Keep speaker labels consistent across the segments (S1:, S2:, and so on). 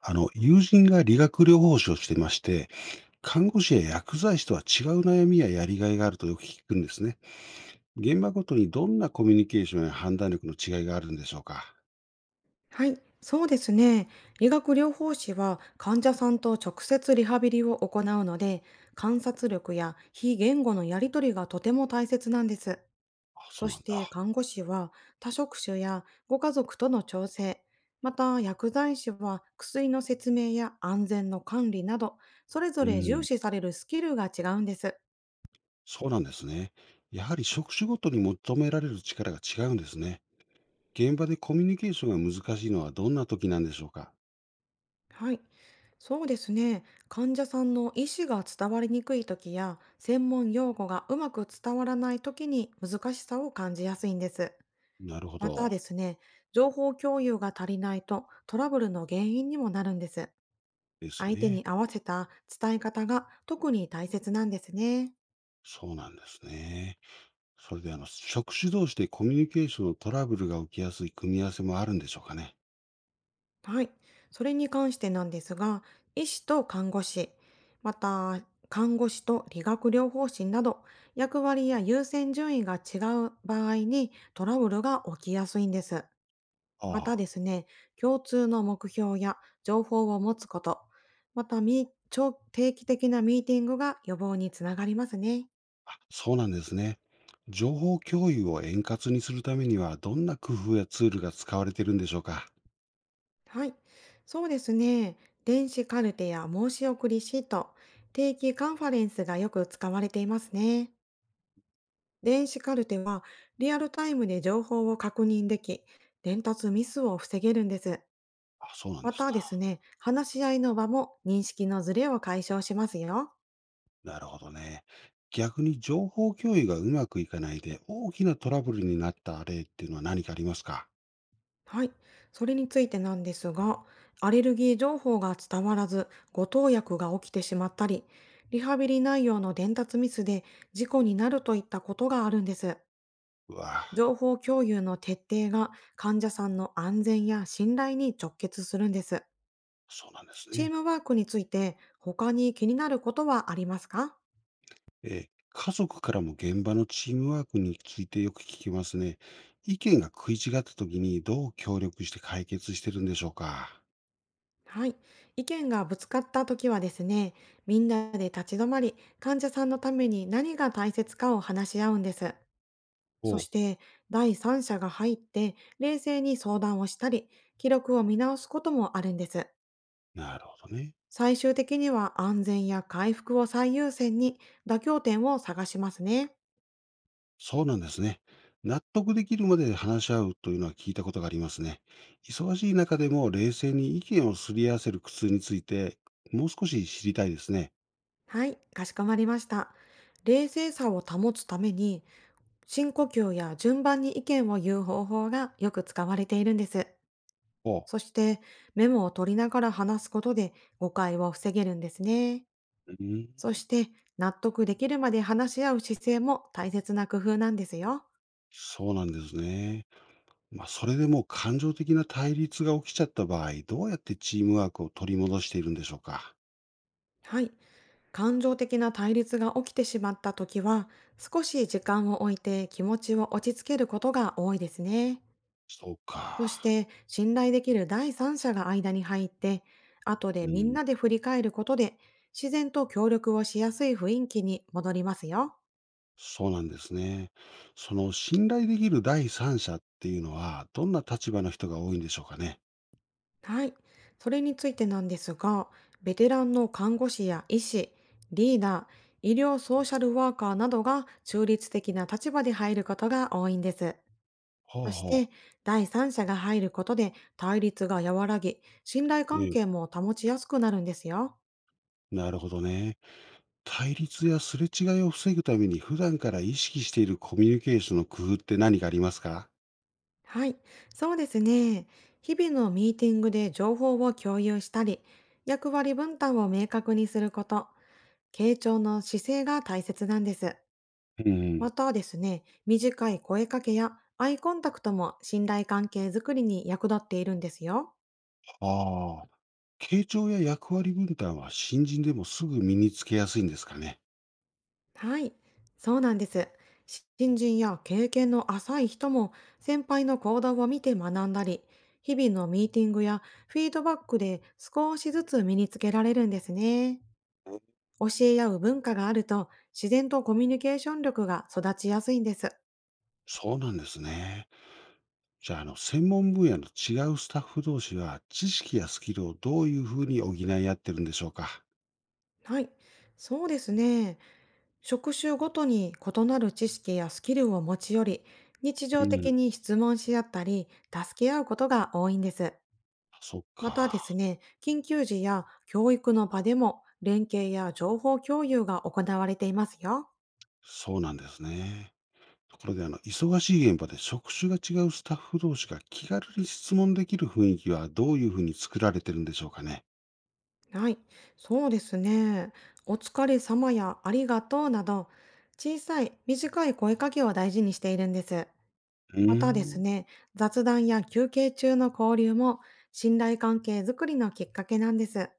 S1: 友人が理学療法士をしていまして、看護師や薬剤師とは違う悩みややりがいがあるとよく聞くんですね。現場ごとにどんなコミュニケーションや判断力の違いがあるんでしょうか。
S2: はい、そうですね。理学療法士は患者さんと直接リハビリを行うので、観察力や非言語のやり取りがとても大切なんです。
S1: あ、そ
S2: そ
S1: うな
S2: し
S1: ん
S2: て
S1: だ。
S2: 看護師は多職種やご家族との調整、また薬剤師は薬の説明や安全の管理など、それぞ
S1: う
S2: れ重
S1: ん、
S2: 視されるスキルが違うんです。
S1: そうなんですね。やはり職種ごとに求められる力が違うんですね。現場でコミュニケーションが難しいのはどんな時なんでしょうか。
S2: はい、そうですね。患者さんの意思が伝わりにくい時や、専門用語がうまく伝わらない時に難しさを感じやすいんです。
S1: なるほ
S2: また
S1: ど。
S2: ですね、情報共有が足りないとトラブルの原因にもなるんです。
S1: です
S2: 相手
S1: ね。
S2: に合わせた伝え方が特に大切なんですね。
S1: そうなんですね。それで職種同士でコミュニケーションのトラブルが起きやすい組み合わせもあるんでしょうかね。
S2: はい。それに関してなんですが、医師と看護師、また看護師と理学療法士など、役割や優先順位が違う場合にトラブルが起きやすいんです。ま
S1: あ
S2: た
S1: あ、
S2: ですね、共通の目標や情報を持つこと、またみ長定期的なミーティングが予防につながりますね。
S1: そうなんですね。情報共有を円滑にするためには、どんな工夫やツールが使われているんでしょうか。
S2: はい。そうですね。電子カルテや申し送りシート、定期カンファレンスがよく使われていますね。電子カルテはリアルタイムで情報を確認でき、伝達ミスを防げるんです。
S1: あ、そうなん
S2: ま
S1: です
S2: たです
S1: か。
S2: ね、話し合いの場も認識のズレを解消しますよ。
S1: なるほどね。逆に情報共有がうまくいかないで大きなトラブルになった例っていうのは何かありますか。
S2: はい。それについてなんですが、アレルギー情報が伝わらず、誤投薬が起きてしまったり、リハビリ内容の伝達ミスで事故になるといったことがあるんです。
S1: うわ、
S2: 情報共有の徹底が患者さんの安全や信頼に直結するんです。
S1: そうなんです
S2: チー
S1: ね。
S2: ムワークについて他に気になることはありますか？
S1: 家族からも現場のチームワークについてよく聞きますね。意見が食い違った時にどう協力して解決してるんでしょうか。
S2: はい。意見がぶつかった時はですね、みんなで立ち止まり、患者さんのために何が大切かを話し合うんです。そ
S1: お、
S2: して、第三者が入って、冷静に相談をしたり、記録を見直すこともあるんです。
S1: なるほどね。
S2: 最終的には安全や回復を最優先に妥協点を探しますね。
S1: そうなんですね。納得できるまで話し合うというのは聞いたことがありますね。忙しい中でも冷静に意見をすり合わせる苦痛について、もう少し知りたいですね。
S2: はい、かしこまりました。冷静さを保つために深呼吸や順番に意見を言う方法がよく使われているんです。
S1: おう。
S2: そしてメモを取りながら話すことで誤解を防げるんですね。
S1: うん、
S2: そして納得できるまで話し合う姿勢も大切な工夫なんですよ。
S1: そうなんですね。まあ、それでも感情的な対立が起きちゃった場合、どうやってチームワークを取り戻しているんでしょうか。
S2: はい。感情的な対立が起きてしまった時は少し時間を置いて気持ちを落ち着けることが多いですね。
S1: そう
S2: そし
S1: か。
S2: て信頼できる第三者が間に入って、後
S1: う
S2: でみん
S1: ん、
S2: なで振り返ることで、自然と協力をしやすい雰囲気に戻りますよ。
S1: そうなんですね。その信頼できる第三者っていうのは、どんな立場の人が多いんでしょうかね。
S2: はい。それについてなんですが、ベテランの看護師や医師、リーダー、医療ソーシャルワーカーなどが中立的な立場で入ることが多いんです。
S1: ほう
S2: そし
S1: ほ
S2: て、
S1: う。
S2: 第三者が入ることで対立が和らぎ、信頼関
S1: え
S2: 係
S1: え、
S2: も保ちやすくなるんですよ。
S1: なるほどね。対立やすれ違いを防ぐために普段から意識しているコミュニケーションの工夫って何かありますか。
S2: はい、そうですね。日々のミーティングで情報を共有したり、役割分担を明確にすること、傾聴の姿勢が大切なんです。
S1: う
S2: ま
S1: ん。
S2: たですね、短い声かけやアイコンタクトも信頼関係づくりに役立っているんですよ。
S1: ああ、傾聴や役割分担は新人でもすぐ身につけやすいんですかね。
S2: はい、そうなんです。新人や経験の浅い人も先輩の行動を見て学んだり、日々のミーティングやフィードバックで少しずつ身につけられるんですね。教え合う文化があると自然とコミュニケーション力が育ちやすいんです。
S1: そうなんですね。じゃあ、専門分野の違うスタッフ同士は知識やスキルをどういうふうに補い合ってるんでしょうか。
S2: はい。そうですね。職種ごとに異なる知識やスキルを持ち寄り、日
S1: う
S2: 常
S1: ん。
S2: 的に質問し合ったり、助け合うことが多いんです。
S1: そっ
S2: またです
S1: か。
S2: ね、緊急時や教育の場でも連携や情報共有が行われていますよ。
S1: そうなんですね。ところで、忙しい現場で職種が違うスタッフ同士が気軽に質問できる雰囲気はどういうふうに作られてるんでしょうかね。
S2: はい。そうですね。お疲れ様やありがとうなど、小さい短い声かけを大事にしているんです。
S1: う
S2: ま
S1: ー
S2: たです
S1: ん。
S2: ね、雑談や休憩中の交流も信頼関係づくりのきっかけなんです。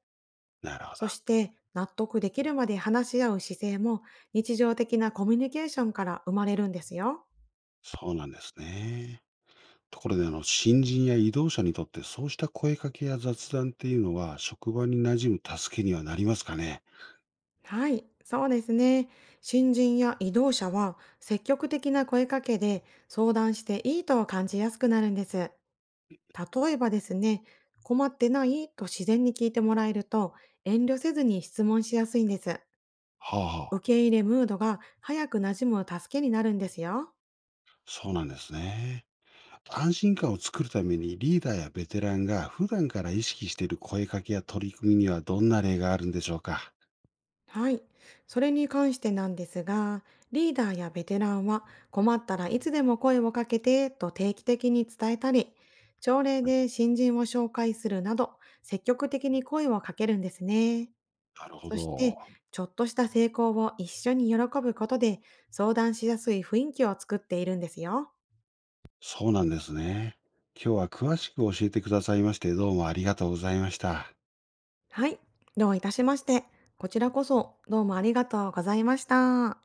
S1: なるほど。
S2: そして納得できるまで話し合う姿勢も日常的なコミュニケーションから生まれるんですよ。
S1: そうなんですね。ところで、新人や移動者にとってそうした声かけや雑談っていうのは職場に馴染む助けにはなりますかね。
S2: はい、そうですね。新人や移動者は積極的な声かけで相談していいと感じやすくなるんです。例えばですね、困ってないと自然に聞いてもらえると遠慮せずに質問しやすいんです。
S1: はあ、はあ、
S2: 受け入れムードが早く馴染む助けになるんですよ。
S1: そうなんですね。安心感を作るためにリーダーやベテランが普段から意識している声かけや取り組みにはどんな例があるんでしょうか。
S2: はい。それに関してなんですが、リーダーやベテランは困ったらいつでも声をかけてと定期的に伝えたり、朝礼で新人を紹介するなど、積極的に声をかけるんですね。
S1: なるほ
S2: そして、
S1: ど。
S2: ちょっとした成功を一緒に喜ぶことで、相談しやすい雰囲気を作っているんですよ。
S1: そうなんですね。今日は詳しく教えてくださいまして、どうもありがとうございました。
S2: はい。どういたしまして。こちらこそ、どうもありがとうございました。